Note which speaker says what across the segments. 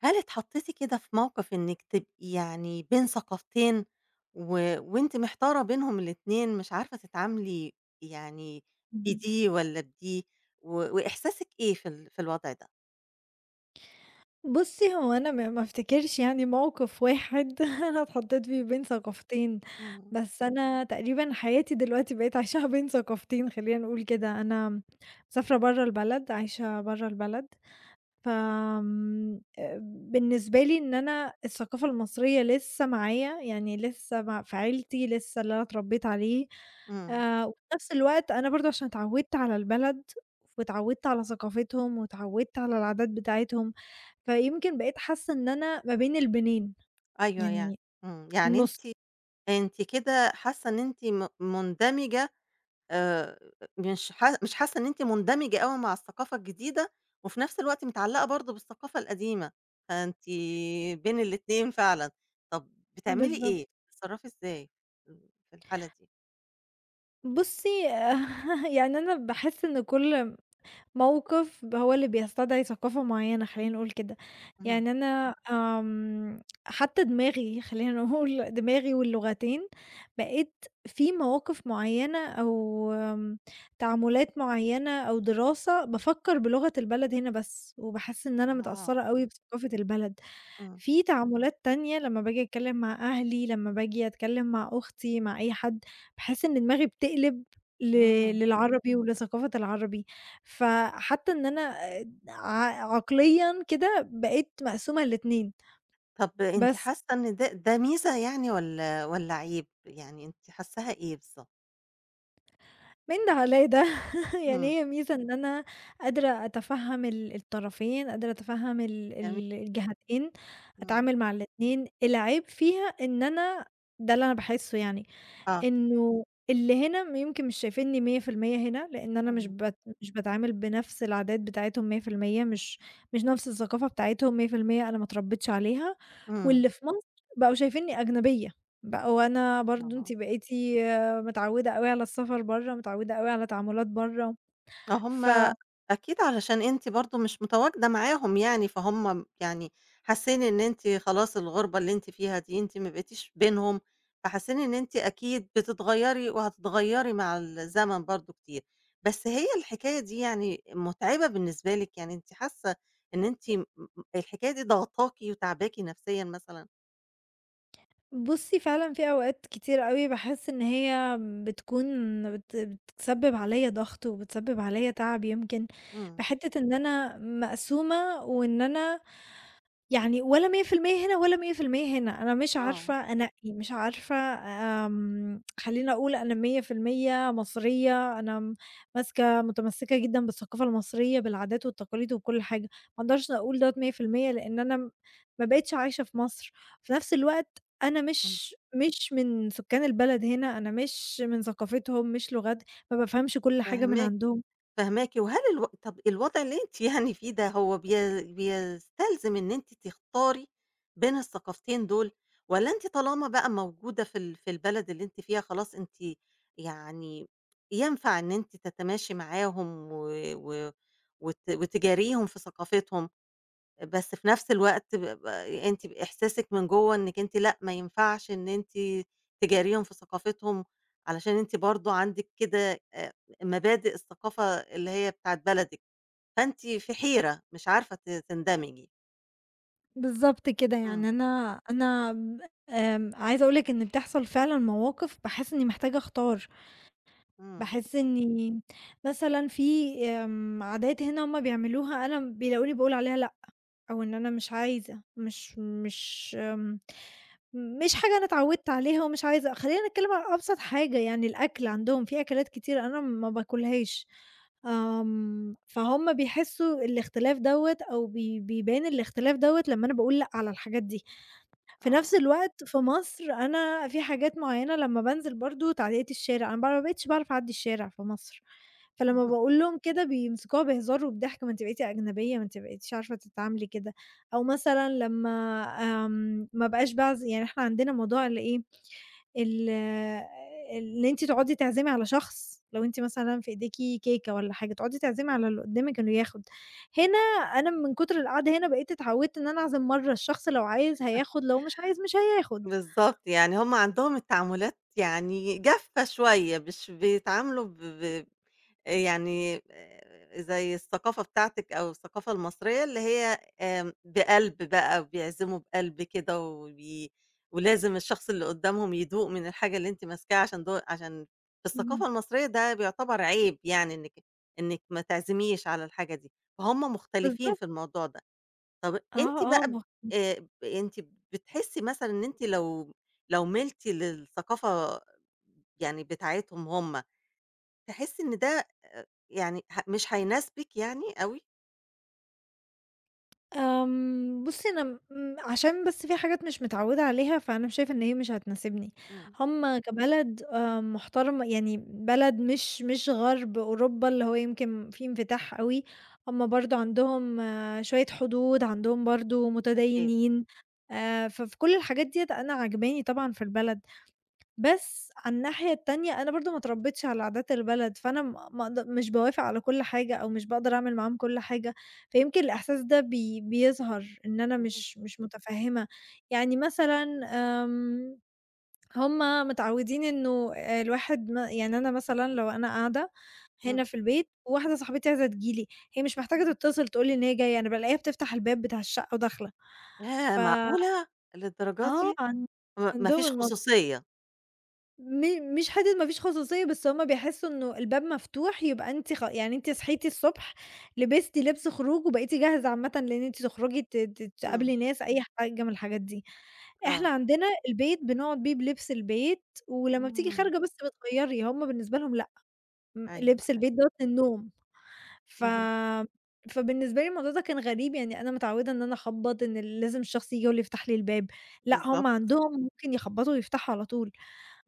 Speaker 1: هل اتحطيتِ كده في موقف إنِّك تبقي يعني بين ثقافتين و وأنتِ محتارة بينهم الاتنين مش عارفة تتعاملي يعني
Speaker 2: اهم.
Speaker 1: بدي والّا بدي وإحساسِك إيه في ال في الوضع ده؟
Speaker 2: بُصّي، أنا ما افتكرش يعني موقف واحد أنا اتحطيت فيه بين ثقافتين،
Speaker 1: إمم،
Speaker 2: بس أنا تقريبًا حياتي دلوقتي بقيت عايشاها بين ثقافتين خلّينا نقول كده، أنا مسافرة برّه البلد، عايشة برّه البلد، فآمم، بالنسبة لي إن أنا الثقافة المصرية لسه معايا، يعني لسه مع في عيلتي، لسه اللي أنا اتربيت عليه،
Speaker 1: إمم،
Speaker 2: وفي نفس الوقت أنا برضه عشان اتعودت على البلد واتعودت على ثقافتهم واتعودت على العادات بتاعتهم. فيمكن بقيت حاسة إن أنا ما بين البنين،
Speaker 1: أيوه يعني،
Speaker 2: يعني
Speaker 1: إمم، يعني
Speaker 2: النُص.
Speaker 1: أنتِ كده حاسة إن أنتِ مندمجة، آآ، مش حاسة إن أنتِ مندمجة أوي مع الثقافة الجديدة، وفي نفس الوقت متعلقة برضه بالثقافة القديمة، فأنتِ بين الاتنين فعلًا. طب بتعملي
Speaker 2: بالضبط.
Speaker 1: إيه؟ بتتصرفي إزاي في الحالة دي؟
Speaker 2: بُصّي، يعني أنا باحس إن كل موقف هو اللي بيستدعي ثقافة معيّنة خلّينا نقول كده،
Speaker 1: اهم.
Speaker 2: يعني أنا حتى دماغي خلّينا نقول دماغي واللغتين، بقيت في مواقف معيّنة أو تعاملات معيّنة أو دراسة بافكّر بلغة البلد هنا بس، وباحس إن أنا
Speaker 1: آه،
Speaker 2: متأثّرة أوي بثقافة البلد.
Speaker 1: إمم،
Speaker 2: في تعاملات تانية لمّا باجي أتكلّم مع أهلي، لمّا باجي أتكلّم مع أختي، مع أي حد، باحس إن دماغي بتقلب ل
Speaker 1: إمم.
Speaker 2: للعربي ولثقافة العربي، فحتى إن أنا ع عقليًا كده بقيت مقسومة ل2.
Speaker 1: طب أنتِ
Speaker 2: بس
Speaker 1: حاسة إن ده ميزة يعني والّا عيب؟ يعني أنتِ حاساها إيه بالضبط؟
Speaker 2: من ده على ده يعني
Speaker 1: إمم،
Speaker 2: هي ميزة إن أنا قادرة أتفهّم الطرفين، قادرة أتفهّم ال
Speaker 1: جميل،
Speaker 2: ال الجهتين،
Speaker 1: إمم،
Speaker 2: أتعامل مع ال2. العيب فيها إن أنا ده اللي أنا باحسّه يعني،
Speaker 1: آه،
Speaker 2: إنه اللي هنا يمكن مش شايفينّي 100% هنا، لإن أنا مش
Speaker 1: إمم،
Speaker 2: بت مش باتعامل بنفس العادات بتاعتهم 100%، مش مش نفس الثقافة بتاعتهم 100%، أنا ما اتربيتش عليها،
Speaker 1: إمم،
Speaker 2: واللي في مصر بقوا شايفينّي أجنبية، بقوا أنا برضه أنتِ
Speaker 1: آه.
Speaker 2: بقيتِ متعودة أوي على السفر برّه، متعودة أوي على تعاملات برّه،
Speaker 1: هُم
Speaker 2: ف
Speaker 1: أكيد علشان أنتِ برضه مش متواجدة معاهم يعني، فهُم يعني حاسين إن أنتِ خلاص الغُربة اللي أنتِ فيها دي أنتِ ما بقيتيش بينهم، فحاسين إن أنتِ أكيد بتتغيّري وهتتغيّري مع الزمن برضه كتير. بس هي الحكاية دي يعني مُتعبة بالنسبة لك؟ يعني أنتِ حاسة إن أنتِ م م الحكاية دي ضاغطاكِ وتاعباكِ نفسيًا مثلًا؟
Speaker 2: بُصّي، فعلًا في أوقات كتير أوي باحس إن هي بتكون بتسبب عليَّ ضغط وبتسبب عليَّ تعب يمكن
Speaker 1: إمم،
Speaker 2: بحتّة إن أنا مقسومة وإن أنا يعني ولا 100% هنا ولا 100% هنا، أنا مش
Speaker 1: آه.
Speaker 2: عارفة أنقّي، مش عارفة، خلّيني أقول أنا 100% مصرية، أنا ماسكة متمسّكة جدًا بالثقافة المصرية، بالعادات والتقاليد وبكل حاجة، ما أقدرش أقول دوّة 100% لإن أنا ما بقيتش عايشة في مصر، في نفس الوقت أنا
Speaker 1: إمم.
Speaker 2: مش من سكان البلد هنا، أنا مش من ثقافتهم، مش لغات، ما بافهمش كل حاجة من
Speaker 1: فاهماكِ،
Speaker 2: عندهم.
Speaker 1: فاهماكِ، وهل الو طَب الوضع اللي أنتِ يعني فيه ده هو بيستلزم إن أنتِ تختاري بين الثقافتين دول، والّا أنتِ طالما بقى موجودة في ال في البلد اللي أنتِ فيها خلاص أنتِ يعني ينفع إن أنتِ تتماشي معاهم و و وت وتجاريهم في ثقافتهم؟ بس في نفس الوقت ب ب أنتِ بإحساسِك من جوّه إنِّك أنتِ لأ، ما ينفعش إن أنتِ تجاريهم في ثقافتهم، علشان أنتِ برضه عندِك كده مبادئ الثقافة اللي هي بتاعة بلدِك، فأنتِ في حيرة مش عارفة تندمجي.
Speaker 2: بالضبط كده،
Speaker 1: إمم،
Speaker 2: يعني أنا أنا ب آمم، عايزة أقول لِك إن بتحصل فعلًا مواقف باحس إني محتاجة أختار،
Speaker 1: إمم،
Speaker 2: باحس إني مثلًا في، عادات هنا هُم بيعملوها أنا بيلاقوني باقول عليها لأ، أو إن أنا مش عايزة، مش مش حاجة أنا اتعودت عليها ومش عايزة. خلّينا نتكلم على أبسط حاجة يعني الأكل عندهم، في أكلات كتير أنا ما باكلهاش، فهُم بيحسوا الاختلاف دوّة أو بيبان الاختلاف دوّة لمّا أنا باقول لأ على الحاجات دي. في نفس
Speaker 1: آه،
Speaker 2: الوقت في مصر أنا في حاجات معيّنة لمّا بانزل برضه تعليقات الشارع، أنا بقى ما بقيتش باعرف أعدّي الشارع في مصر، فلمّا
Speaker 1: اهم،
Speaker 2: باقول لهم كده بيمسكوها بهزار وبضحك، ما أنتِ بقيتِ أجنبية، ما أنتِ بقيتيش عارفة تتعاملي كده، أو مثلًا لمّا، ما بقاش باعز. يعني إحنا عندنا موضوع ال إيه، ال اللي أنتِ تقعدي تعزمي على شخص، لو أنتِ مثلًا في إيديكِ كيكة والّا حاجة، تقعدي تعزمي على اللي قدامِك إنه ياخد. هنا أنا من كتر القعدة هنا بقيت اتعودت إن أنا أعزم مرّه، الشخص لو عايز هياخد، لو مش عايز مش هياخد.
Speaker 1: بالضبط، يعني هُم عندهم التعاملات يعني جافة شوية، مش بيتعاملوا ب ب يعني زي الثقافة بتاعتِك أو الثقافة المصرية اللي هي بقلب بقى وبيعزموا بقلب كده ولازم الشخص اللي قدّامهم يدوق من الحاجة اللي أنتِ ماسكاها عشان في
Speaker 2: اهم.
Speaker 1: الثقافة المصرية ده بيعتبر عيب يعني إنِّك ما تعزميش على الحاجة دي، فهُم مختلفين
Speaker 2: بالضبط.
Speaker 1: في الموضوع ده. طب
Speaker 2: آه،
Speaker 1: أنتِ
Speaker 2: آه،
Speaker 1: بقى ب
Speaker 2: ما
Speaker 1: أنتِ بتحسّي مثلًا إن أنتِ لو مِلتِ للثقافة يعني بتاعتهم هُم، تحسّي إن ده يعني مش هيناسبِك يعني أوي؟
Speaker 2: آمم، بُصّي أنا عشان بس في حاجات مش متعوّدة عليها، فأنا شايفة إن هي مش هتناسبني.
Speaker 1: إمم.
Speaker 2: هُم كبلد محترم، يعني بلد مش غرب أوروبا اللي هو يمكن فيه انفتاح أوي، هُم برضه عندهم، شوية حدود، عندهم برضه
Speaker 1: أكيد.
Speaker 2: متدينين، ففي كل الحاجات ديّة أنا عاجباني طبعًا في البلد. بس على الناحية التانية أنا برضه ما اتربيتش على عادات البلد، فأنا م ما اقد مش باوافق على كل حاجة أو مش باقدر أعمل معاهم كل حاجة، فيمكن الإحساس ده بيظهر إن أنا
Speaker 1: إمم. إمم،
Speaker 2: مش متفهمة، يعني مثلًا، آمم، هُم متعودين إنه، الواحد يعني أنا مثلًا لو أنا قاعدة
Speaker 1: إمم.
Speaker 2: هنا في البيت وواحدة صاحبتي عايزة تيجي لي، هي مش محتاجة تتصل تقول لي إن هي جاية، أنا بالاقيها بتفتح الباب بتاع الشقة وداخلة،
Speaker 1: ياه!
Speaker 2: ف
Speaker 1: معقولة! للدرجة
Speaker 2: آه،
Speaker 1: دي!
Speaker 2: عن
Speaker 1: ما
Speaker 2: عندهم
Speaker 1: فيش
Speaker 2: الموضوع،
Speaker 1: خصوصية.
Speaker 2: مش حتّة ما فيش خصوصية، بس هُم بيحسّوا إنه الباب مفتوح يبقى أنتِ خ يعني أنتِ صحيتِ الصبح، لبستِ لبس خروج وبقيتِ جاهزة عامةً لإن أنتِ تخرجي ت ت
Speaker 1: إمم.
Speaker 2: تقابلي ناس، أي حاجة من الحاجات دي.
Speaker 1: آه.
Speaker 2: إحنا عندنا البيت بنقعد بيه بلبس البيت، ولمّا بتيجي
Speaker 1: إمم.
Speaker 2: خارجة بس بتغيّري، هُم بالنسبة لهم لأ، م
Speaker 1: أيوه،
Speaker 2: لبس
Speaker 1: أيوه.
Speaker 2: البيت دوّة للنوم. ف
Speaker 1: اهم.
Speaker 2: فبالنسبة لي الموضوع ده كان غريب، يعني أنا متعوّدة إن أنا أخبّط، إن لازم الشخص ييجي هو اللي يفتح لي الباب، لأ هُم
Speaker 1: بالضبط.
Speaker 2: عندهم ممكن يخبّطوا ويفتحوا على طول.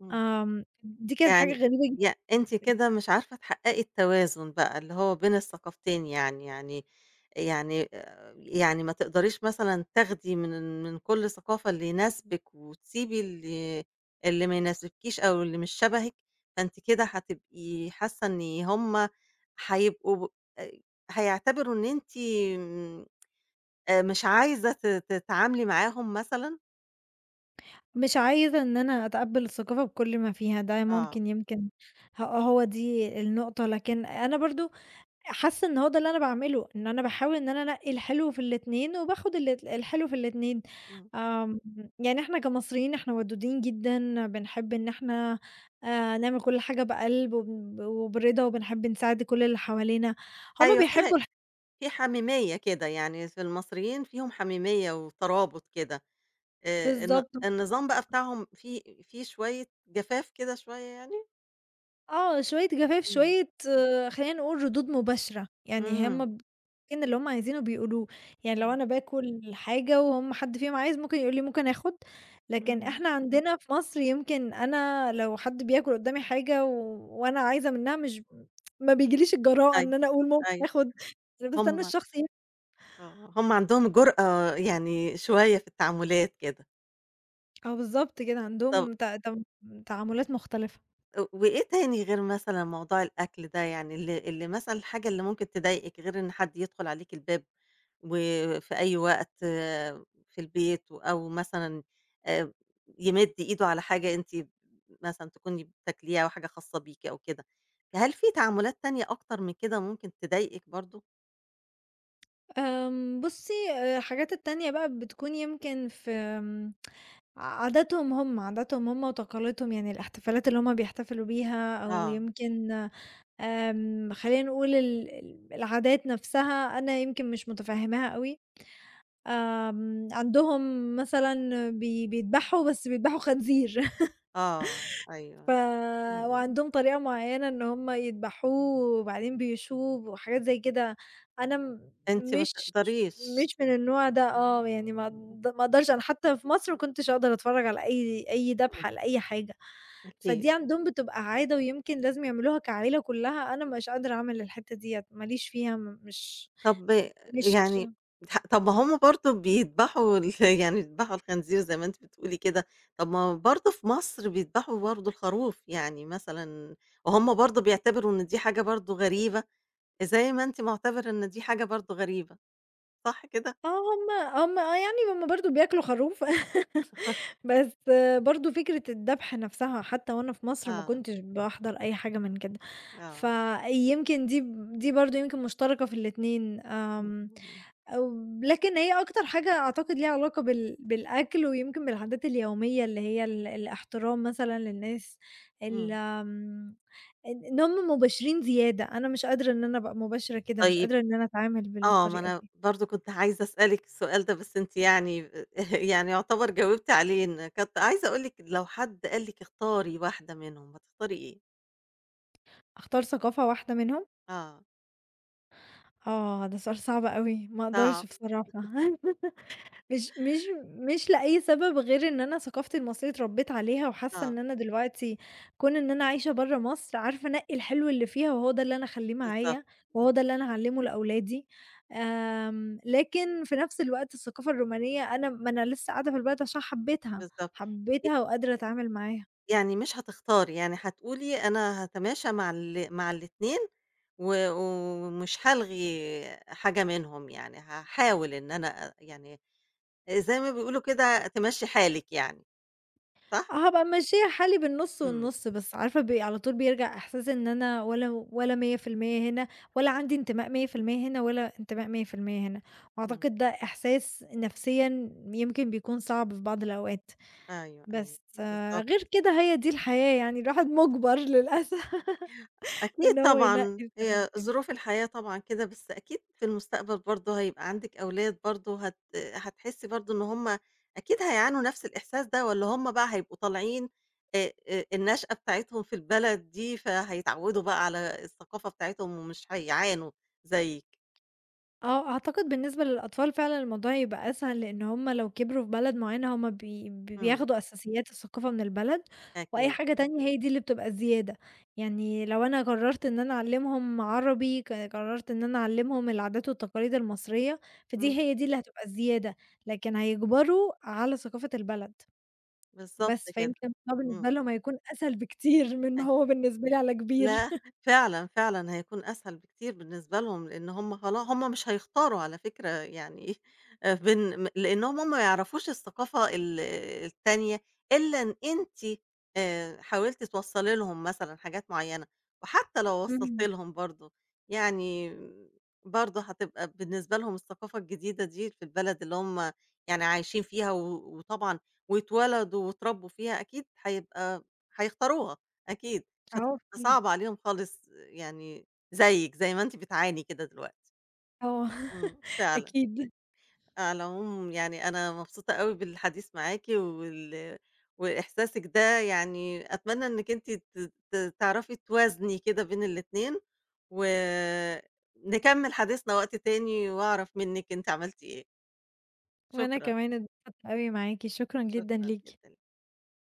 Speaker 1: إمم.
Speaker 2: دي كانت حاجة
Speaker 1: يعني
Speaker 2: غريبة
Speaker 1: أنتِ
Speaker 2: جدًا،
Speaker 1: كده مش عارفة تحققي التوازن بقى، اللي هو بين الثقافتين يعني يعني ما تقدريش مثلًا تاخدي من كل ثقافة اللي يناسبِك وتسيبي اللي ما يناسبكيش أو اللي مش شبهِك، فأنتِ كده هتبقي حاسة إن هُم هيبقوا آآ، هيعتبروا إن أنتِ مش عايزة تتعاملي معاهم مثلًا؟
Speaker 2: مش عايزة إن أنا أتقبّل الثقافة بكل ما فيها، ده
Speaker 1: آه،
Speaker 2: ممكن يمكن هو دي النقطة، لكن أنا برضه حاسة إن هو ده اللي أنا باعمله، إن أنا باحاول إن أنا أنقّي الحلو في الاتنين وباخد الحلو في الاتنين،
Speaker 1: إمم،
Speaker 2: آمم، يعني إحنا كمصريين إحنا ودودين جدًا، بنحب إن إحنا، نعمل كل حاجة بقلب وبرضا وبنحب نساعد كل اللي حوالينا، هُم
Speaker 1: أيوه
Speaker 2: بيحبوا
Speaker 1: في حميمية كده، يعني في المصريين فيهم حميمية وترابط كده،
Speaker 2: بالضبط.
Speaker 1: النظام بقى بتاعهم فيه شوية جفاف كده شوية يعني؟
Speaker 2: آه، شوية جفاف،
Speaker 1: إمم،
Speaker 2: شوية، خلّينا نقول ردود مباشرة، يعني
Speaker 1: إمم،
Speaker 2: هُم كان اللي هُم عايزينه بيقولوه، يعني لو
Speaker 1: إمم،
Speaker 2: أنا باكل حاجة وهُم حد فيهم عايز ممكن يقول لي ممكن آخُد، لكن
Speaker 1: إمم،
Speaker 2: إحنا عندنا في مصر يمكن أنا لو حد بياكل قدّامي حاجة وأنا عايزة منها، مش ما بيجيليش الجراءة
Speaker 1: أيوه،
Speaker 2: إن أنا أقول ممكن
Speaker 1: أيوه،
Speaker 2: آخُد، أنا باستنى
Speaker 1: هم
Speaker 2: الشخص
Speaker 1: آه، هم عندهم جرأة يعني شوية في التعاملات كده.
Speaker 2: آه بالضبط كده،
Speaker 1: طَب
Speaker 2: عندهم ت ت تعاملات مختلفة.
Speaker 1: وإيه تاني غير مثلًا موضوع الأكل ده، يعني اللي مثلًا الحاجة اللي ممكن تضايقِك غير إن حد يدخل عليكِ الباب وفي أي وقت آه، في البيت أو مثلًا آآ يمِد إيده على حاجة أنتِ مثلًا تكوني بتاكليها أو حاجة خاصة بيكِ أو كده، هل في تعاملات تانية أكتر من كده ممكن تضايقِك برضه؟
Speaker 2: بُصّي، الحاجات التانية بقى بتكون يمكن في، عاداتهم هم، عاداتهم هم وتقاليدهم، يعني الاحتفالات اللي هم بيحتفلوا بيها أو
Speaker 1: آه،
Speaker 2: يمكن، خلّينا نقول ال ال العادات نفسها أنا يمكن مش متفهّماها أوي، عندهم مثلًا بيدبحوا، بس بيدبحوا خنزير.
Speaker 1: آه،
Speaker 2: ف
Speaker 1: أيوه، إمم،
Speaker 2: وعندهم طريقة معيّنة إن هُم يدبحوه وبعدين بيشوه وحاجات زي كده، أنا م
Speaker 1: أنتِ ما
Speaker 2: مش
Speaker 1: تقدريش.
Speaker 2: مش من النوع ده،
Speaker 1: إمم،
Speaker 2: يعني ما
Speaker 1: إمم،
Speaker 2: أقد ما أقدرش أنا حتى في مصر ما كنتش أقدر أتفرّج على أي دبحة
Speaker 1: إمم،
Speaker 2: لأي حاجة،
Speaker 1: أكيد.
Speaker 2: فدي عندهم بتبقى عادة ويمكن لازم يعملوها كعيلة كلّها، أنا مش قادرة أعمل الحتّة ديّة، ما ليش فيها، م مش
Speaker 1: طب
Speaker 2: مش
Speaker 1: يعني طب ما هم برضه بيذبحوا ال يعني بيذبحوا الخنزير زي ما أنتِ بتقولي كده، طب ما برضه في مصر بيذبحوا برضه الخروف، يعني مثلًا وهُم برضه بيعتبروا إن دي حاجة برضه غريبة، زي ما أنتِ مُعتبر إن دي حاجة برضه غريبة، صح كده؟
Speaker 2: آه، هم يعني هم برضه بياكلوا خروف بس برضه فكرة الذبح نفسها حتى وأنا في مصر ما
Speaker 1: آه،
Speaker 2: كنتش باحضر أي حاجة من كده،
Speaker 1: آه،
Speaker 2: فيمكن دي برضه يمكن مشتركة في الاتنين،
Speaker 1: إمم، إمم،
Speaker 2: أو لكن هي أكتر حاجة أعتقد ليها علاقة بالأكل ويمكن بالعادات اليومية اللي هي الاحترام مثلًا للناس، ال
Speaker 1: إمم،
Speaker 2: آمم، إن هم مباشرين زيادة، أنا مش قادرة إن أنا أبقى مباشرة كده، مش
Speaker 1: طيب
Speaker 2: قادرة إن أنا أتعامل
Speaker 1: آه، ما
Speaker 2: بالطريقة
Speaker 1: أنا
Speaker 2: دي.
Speaker 1: برضه كنت عايزة أسألِك السؤال ده بس أنتِ يعني يعني يُعتبر جاوبتِ عليه، إن كنت عايزة أقول لِك لو حد قال لِك اختاري واحدة منهم هتختاري إيه؟
Speaker 2: أختار ثقافة واحدة منهم؟
Speaker 1: آه،
Speaker 2: آه، ده سؤال صعب أوي، ما أقدرش
Speaker 1: صعب،
Speaker 2: بصراحة. مش لأي سبب غير إن أنا ثقافتي المصرية اتربيت عليها، وحاسة
Speaker 1: آه،
Speaker 2: إن أنا دلوقتي كون إن أنا عايشة برّه مصر، عارفة أنقي الحلو اللي فيها، وهو ده اللي أنا أخلّيه
Speaker 1: بالضبط،
Speaker 2: معايا، وهو
Speaker 1: إمم،
Speaker 2: ده اللي أنا أعلّمه لأولادي، لكن في نفس الوقت الثقافة الرومانية، أنا ما أنا لسه قاعدة في البلد عشان حبيتها،
Speaker 1: بالضبط، ي
Speaker 2: حبيتها وقادرة أتعامل معاها.
Speaker 1: يعني مش هتختاري، يعني هتقولي أنا هاتماشى مع الاتنين ومش هالغي حاجة منهم، يعني هاحاول إن أنا يعني زي ما بيقولوا كده تمشّي حالِك يعني، صح؟
Speaker 2: آه، هابقى ممشيّة حالي بالنُص
Speaker 1: إمم،
Speaker 2: والنُص، بس عارفة على طول بيرجع إحساس إن أنا ولا 100% هنا، ولا عندي انتماء 100% هنا، ولا انتماء 100% هنا،
Speaker 1: إمم،
Speaker 2: وأعتقد ده إحساس نفسيًا يمكن بيكون صعب في بعض الأوقات،
Speaker 1: أيوه، أيوه،
Speaker 2: بس،
Speaker 1: بالضبط.
Speaker 2: غير كده هي دي الحياة، يعني الواحد مُجبر للأسف.
Speaker 1: أكيد
Speaker 2: إن هو ينقّي
Speaker 1: طبعًا،
Speaker 2: الحاجات
Speaker 1: هي
Speaker 2: دي.
Speaker 1: ظروف الحياة طبعًا كده، بس أكيد في المستقبل برضه هيبقى عندِك أولاد برضه هتحسّي برضه إن هُم أكيد هيعانوا نفس الإحساس ده والّا هُم بقى هيبقوا طالعين النشأة بتاعتهم في البلد دي، فهيتعوّدوا بقى على الثقافة بتاعتهم ومش هيعانوا زيِّك.
Speaker 2: آه، أعتقد بالنسبة للأطفال فعلًا الموضوع يبقى أسهل، لإن هُم لو كبروا في بلد معيّنة هُم بي بي-
Speaker 1: إمم،
Speaker 2: بياخدوا أساسيات الثقافة من البلد، وأي
Speaker 1: أكيد.
Speaker 2: حاجة تانية هي دي اللي بتبقى زيادة، يعني لو أنا قررت إن أنا أعلّمهم عربي، قررت إن أنا أعلّمهم العادات والتقاليد المصرية،
Speaker 1: إمم،
Speaker 2: فدي هي دي اللي هتبقى الزيادة، لكن هيجبروا على ثقافة البلد،
Speaker 1: بالضبط
Speaker 2: بس
Speaker 1: كده.
Speaker 2: فيمكن الموضوع
Speaker 1: إمم،
Speaker 2: بالنسبة لهم هيكون أسهل بكتير من ما
Speaker 1: أ
Speaker 2: هو بالنسبة لي على كبير.
Speaker 1: لأ، فعلًا، فعلًا هيكون أسهل بكتير بالنسبة لهم، لإن هم مش هيختاروا على فكرة يعني بين م لإنهم هم ما يعرفوش الثقافة التانية إلا إن أنتِ حاولتِ توصّلي لهم مثلًا حاجات معيّنة، وحتى لو وصّلتِ
Speaker 2: إمم،
Speaker 1: لهم برضه، يعني برضه هتبقى بالنسبة لهم الثقافة الجديدة دي في البلد اللي هم يعني عايشين فيها وطبعًا واتولدوا واتربّوا فيها أكيد هيختاروها، أكيد. مش
Speaker 2: آه
Speaker 1: هتبقى
Speaker 2: فعلًا،
Speaker 1: صعبة عليهم خالص يعني زيِّك، زي ما أنتِ بتعاني كده دلوقتي.
Speaker 2: آه.
Speaker 1: إمم، فعلًا.
Speaker 2: أكيد.
Speaker 1: على العموم يعني أنا مبسوطة أوي بالحديث معاكِ وإحساسِك ده يعني أتمنى إنِّك أنتِ ت ت تعرفي توازني كده بين الاتنين، ونكمّل حديثنا وقت تاني وأعرف منِّك أنتِ عملتِ إيه.
Speaker 2: وأنا
Speaker 1: شكرًا،
Speaker 2: كمان اتبسطت أوي معاكِ، شكرًا جدًا
Speaker 1: شكرًا
Speaker 2: ليكِ.
Speaker 1: جدًا.